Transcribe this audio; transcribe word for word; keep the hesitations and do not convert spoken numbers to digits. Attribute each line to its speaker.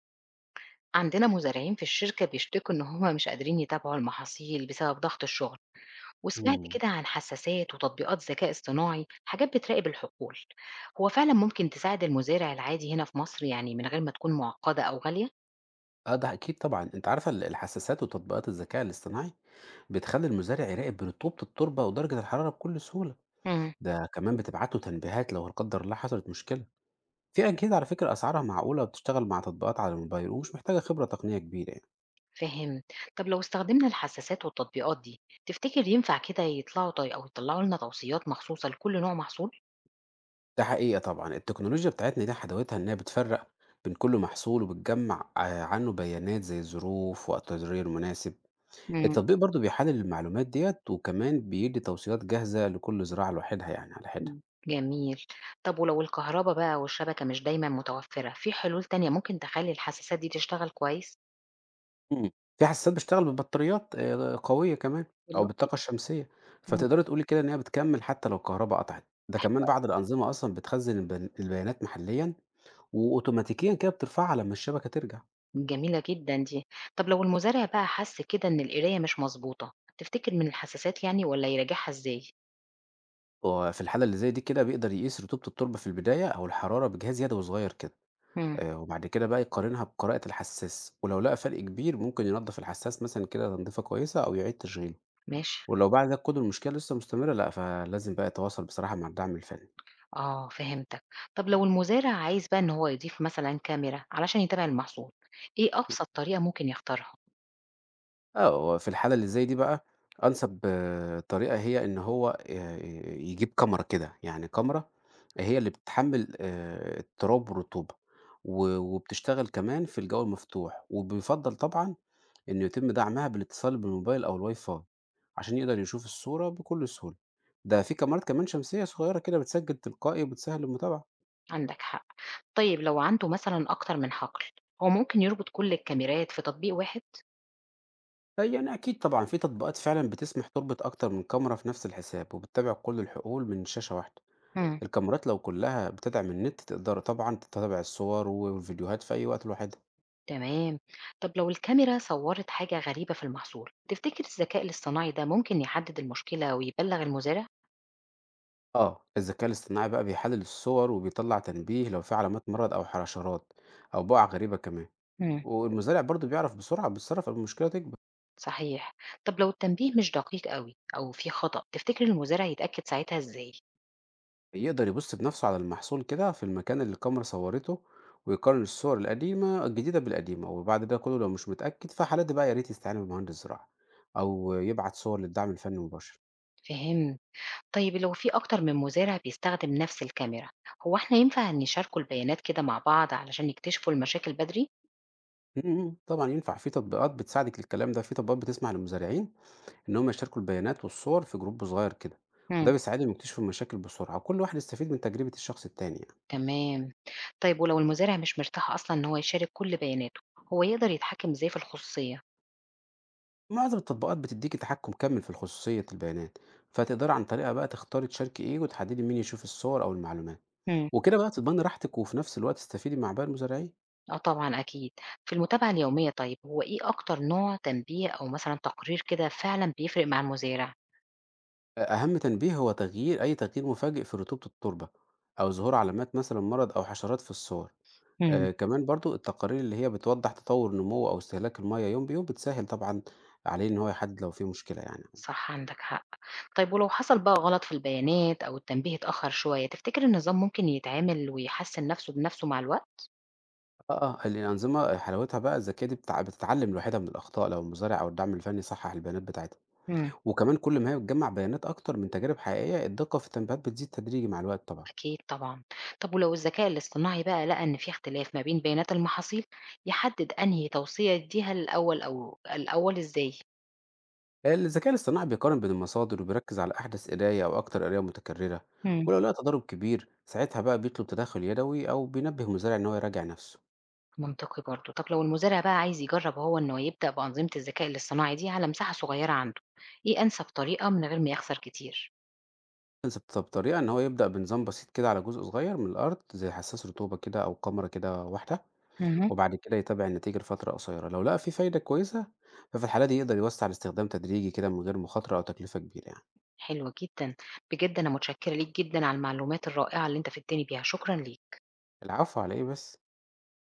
Speaker 1: عندنا مزارعين في الشركة بيشتكوا إن هما مش قادرين يتابعوا المحاصيل بسبب ضغط الشغل، وسمعت
Speaker 2: إمم.
Speaker 1: كده عن حساسات وتطبيقات ذكاء اصطناعي، حاجات بتراقب الحقول. هو فعلا ممكن تساعد المزارع العادي هنا في مصر يعني من غير ما تكون معقدة أو غالية؟
Speaker 2: آه، ده أكيد طبعًا. أنتِ عارفة ال الحساسات وتطبيقات الذكاء الاصطناعي بتخلّي المزارع يراقب رطوبة التربة ودرجة الحرارة بكل سهولة،
Speaker 1: امم
Speaker 2: ده كمان بتبعت له تنبيهات لو لا قدّر الله حصلت مشكلة. في أجهزة على فكرة أسعارها معقولة وبتشتغل مع تطبيقات على الموبايل ومش محتاجة خبرة تقنية كبيرة يعني.
Speaker 1: فهم. طب لو استخدمنا الحساسات والتطبيقات دي، تفتكر ينفع كده يطلعوا طي أو يطلعوا لنا توصيات مخصوصة لكل نوع محصول؟
Speaker 2: ده حقيقة طبعًا، التكنولوجيا بتاعتنا دي حلاوتها إنها بتفرّق بين كل محصول وبتجمّع آآ عنه بيانات زي الظروف، وقت الري المناسب.
Speaker 1: امم
Speaker 2: التطبيق برضه بيحلل المعلومات ديّة وكمان بيدّي توصيات جاهزة لكل زراعة لوحدها يعني على حدة.
Speaker 1: جميل. طب ولو الكهرباء بقى والشبكة مش دايما متوفرة، في حلول تانية ممكن تخلي الحساسات دي تشتغل كويس؟
Speaker 2: إمم، في حسّاسات بتشتغل ببطاريات آآ قوية كمان، أو
Speaker 1: والله.
Speaker 2: بالطاقة الشمسية،
Speaker 1: إمم،
Speaker 2: فتقدري تقولي كده إن هي بتكمّل حتى لو الكهربا قطعت، ده كمان بعض الأنظمة أصلًا بتخزّن البيان البيانات محليًا، وأوتوماتيكيًا كده بترفعها لمّا الشبكة ترجع،
Speaker 1: جميلة جدًا دي. طب لو المزارع بقى حَس كده إن القراية مش مضبوطة، تفتكر من الحساسات يعني والّا يراجعها إزاي؟
Speaker 2: وفي الحالة اللي زي دي كده بيقدر يقيس رطوبة التربة في البداية أو الحرارة بجهاز يدوي صغير كده،
Speaker 1: إمم،
Speaker 2: آآ وبعد كده بقى يقارنها بقراءة الحسّاس، ولو لقى فرق كبير ممكن ينضّف الحسّاس مثلًا كده تنضيفة كويسة أو يعيد تشغيله،
Speaker 1: ماشي.
Speaker 2: ولو بعد ده كُلّه المشكلة لسه مستمرة لأ، فلازم بقى يتواصل بصراحة مع الدعم الفني.
Speaker 1: آه فهمتك. طب لو المزارع عايز بقى إن هو يضيف مثلًا كاميرا علشان يتابع المحصول، إيه أبسط طريقة ممكن يختارها؟
Speaker 2: آه، هو في الحالة اللي زي دي بقى أنسب آه، طريقة هي إن هو آآ يجيب كاميرا كده، يعني كاميرا هي اللي بتحمّل آآ التراب والرطوبة، و وبتشتغل كمان في الجو المفتوح، وبيُفضّل طبعًا إنه يتم دعمها بالاتصال بالموبايل أو الWiFi عشان يقدر يشوف الصورة بكل سهولة. ده في كاميرات كمان شمسية صغيرة كده بتسجّل تلقائي وبتسهّل المتابعة.
Speaker 1: عندك حق. طيب لو عنده مثلًا أكتر من حقل، هو ممكن يربط كل الكاميرات في تطبيق واحد؟
Speaker 2: أ يعني أكيد طبعًا في تطبيقات فعلًا بتسمح تربط أكتر من كاميرا في نفس الحساب، وبتتابع كل الحقول من شاشة واحدة.
Speaker 1: إمم.
Speaker 2: الكاميرات لو كلها بتدعم النت تقدر طبعا تتابع الصور والفيديوهات في أي وقت لوحدها.
Speaker 1: تمام. طب لو الكاميرا صورت حاجة غريبة في المحصول، تفتكر الذكاء الاصطناعي ده ممكن يحدد المشكلة ويبلغ المزارع؟
Speaker 2: اه الذكاء الاصطناعي بقى بيحلل الصور وبيطلع تنبيه لو في علامات مرض أو حشرات أو بقع غريبة كمان.
Speaker 1: مم.
Speaker 2: والمزارع برضو بيعرف بسرعة بيتصرف قبل المشكلة تكبر.
Speaker 1: صحيح. طب لو التنبيه مش دقيق قوي أو في خطأ، تفتكر المزارع يتأكد ساعتها إزاي؟
Speaker 2: يقدر يبص بنفسه على المحصول كده في المكان اللي الكاميرا صورته ويقارن الصور القديمة الجديدة بالقديمة، وبعد ده كله لو مش متأكد فحالات بقى يا ريت يستعين بمهندس زراعة أو يبعت صور للدعم الفني مباشر.
Speaker 1: فهم. طيب لو في أكتر من مزارع بيستخدم نفس الكاميرا، هو احنا ينفع نشاركوا البيانات كده مع بعض علشان يكتشفوا المشاكل بدري؟
Speaker 2: إمم، إمم، إمم. طبعًا ينفع، في تطبيقات بتساعدك للكلام ده، في تطبيقات بتسمح للمزارعين إن هم يشاركوا البيانات والصور في جروب صغير كده،
Speaker 1: مم.
Speaker 2: وده بيساعدهم يكتشفوا المشاكل بسرعة، وكل واحد يستفيد من تجربة الشخص التاني يعني.
Speaker 1: تمام. طيب ولو المزارع مش مرتاح أصلا إن هو يشارك كل بياناته، هو يقدر يتحكم إزاي في الخصوصية؟
Speaker 2: معظم التطبيقات بتديكِ تحكم كامل في خصوصية البيانات، فتقدري عن طريقها بقى تختاري تشاركي إيه وتحددي مين يشوف الصور أو المعلومات،
Speaker 1: مم.
Speaker 2: وكده بقى تضمني راحتِك وفي نفس الوقت تستفيدي مع باقي المزارعين.
Speaker 1: آه طبعًا أكيد. في المتابعة اليومية طيب، هو إيه أكتر نوع تنبيه أو مثلًا تقرير كده فعلًا بيفرق مع المزارع؟
Speaker 2: أهم تنبيه هو تغيير أي تغيير مفاجئ في رطوبة التربة أو ظهور علامات مثلا مرض أو حشرات في الصور.
Speaker 1: إمم،
Speaker 2: آه كمان برضو التقارير اللي هي بتوضح تطور نمو أو استهلاك المية يوم بيوم بتسهل طبعا عليه إن هو يحدد لو في مشكلة يعني.
Speaker 1: صح عندك حق. طيب ولو حصل بقى غلط في البيانات أو التنبيه اتأخر شوية، تفتكر النظام ممكن يتعامل ويحسّن نفسه بنفسه مع الوقت؟
Speaker 2: آه آه، الأنظمة حلاوتها بقى الذكية دي بتع- بتتعلم لوحدها من الأخطاء لو المزارع أو الدعم الفني صحح البيانات بتاعتها،
Speaker 1: إمم.
Speaker 2: وكمان كل ما هي بتجمع بيانات أكتر من تجارب حقيقية الدقة في التنبيهات بتزيد تدريجي مع الوقت طبعا.
Speaker 1: أكيد طبعًا. طب ولو الذكاء الاصطناعي بقى لقى إن في اختلاف ما بين بيانات المحاصيل، يحدد أنهي توصية يدّيها الأول أو الأول إزاي؟
Speaker 2: الذكاء الاصطناعي بيقارن بين المصادر وبيركز على أحدث قراية أو أكتر قراية متكررة،
Speaker 1: إمم.
Speaker 2: ولو لقى تضارب كبير ساعتها بقى بيطلب تدخل يدوي أو بينبه المزارع إن هو يراجع نفسه.
Speaker 1: منطقي برضه. طب لو المزارع بقى عايز يجرّب هو إنه يبدأ بأنظمة الذكاء الاصطناعي دي على مساحة صغيرة عنده، إيه أنسب طريقة من غير ما يخسر كتير؟
Speaker 2: طب- بطريقة إن هو يبدأ بنظام بسيط كده على جزء صغير من الأرض زي حساس رطوبة كده أو كاميرا كده واحدة،
Speaker 1: اهم.
Speaker 2: وبعد كده يتابع النتيجة لفترة قصيرة لو لقى في فايدة كويسة، ففي الحالة دي يقدر يوسع الاستخدام تدريجي كده من غير مخاطرة أو تكلفة كبيرة يعني.
Speaker 1: حلو جدًا، بجد أنا متشكرة ليك جدًا على المعلومات الرائعة اللي أنت فدتني بيها، شكرًا ليك.
Speaker 2: العفو على إيه بس.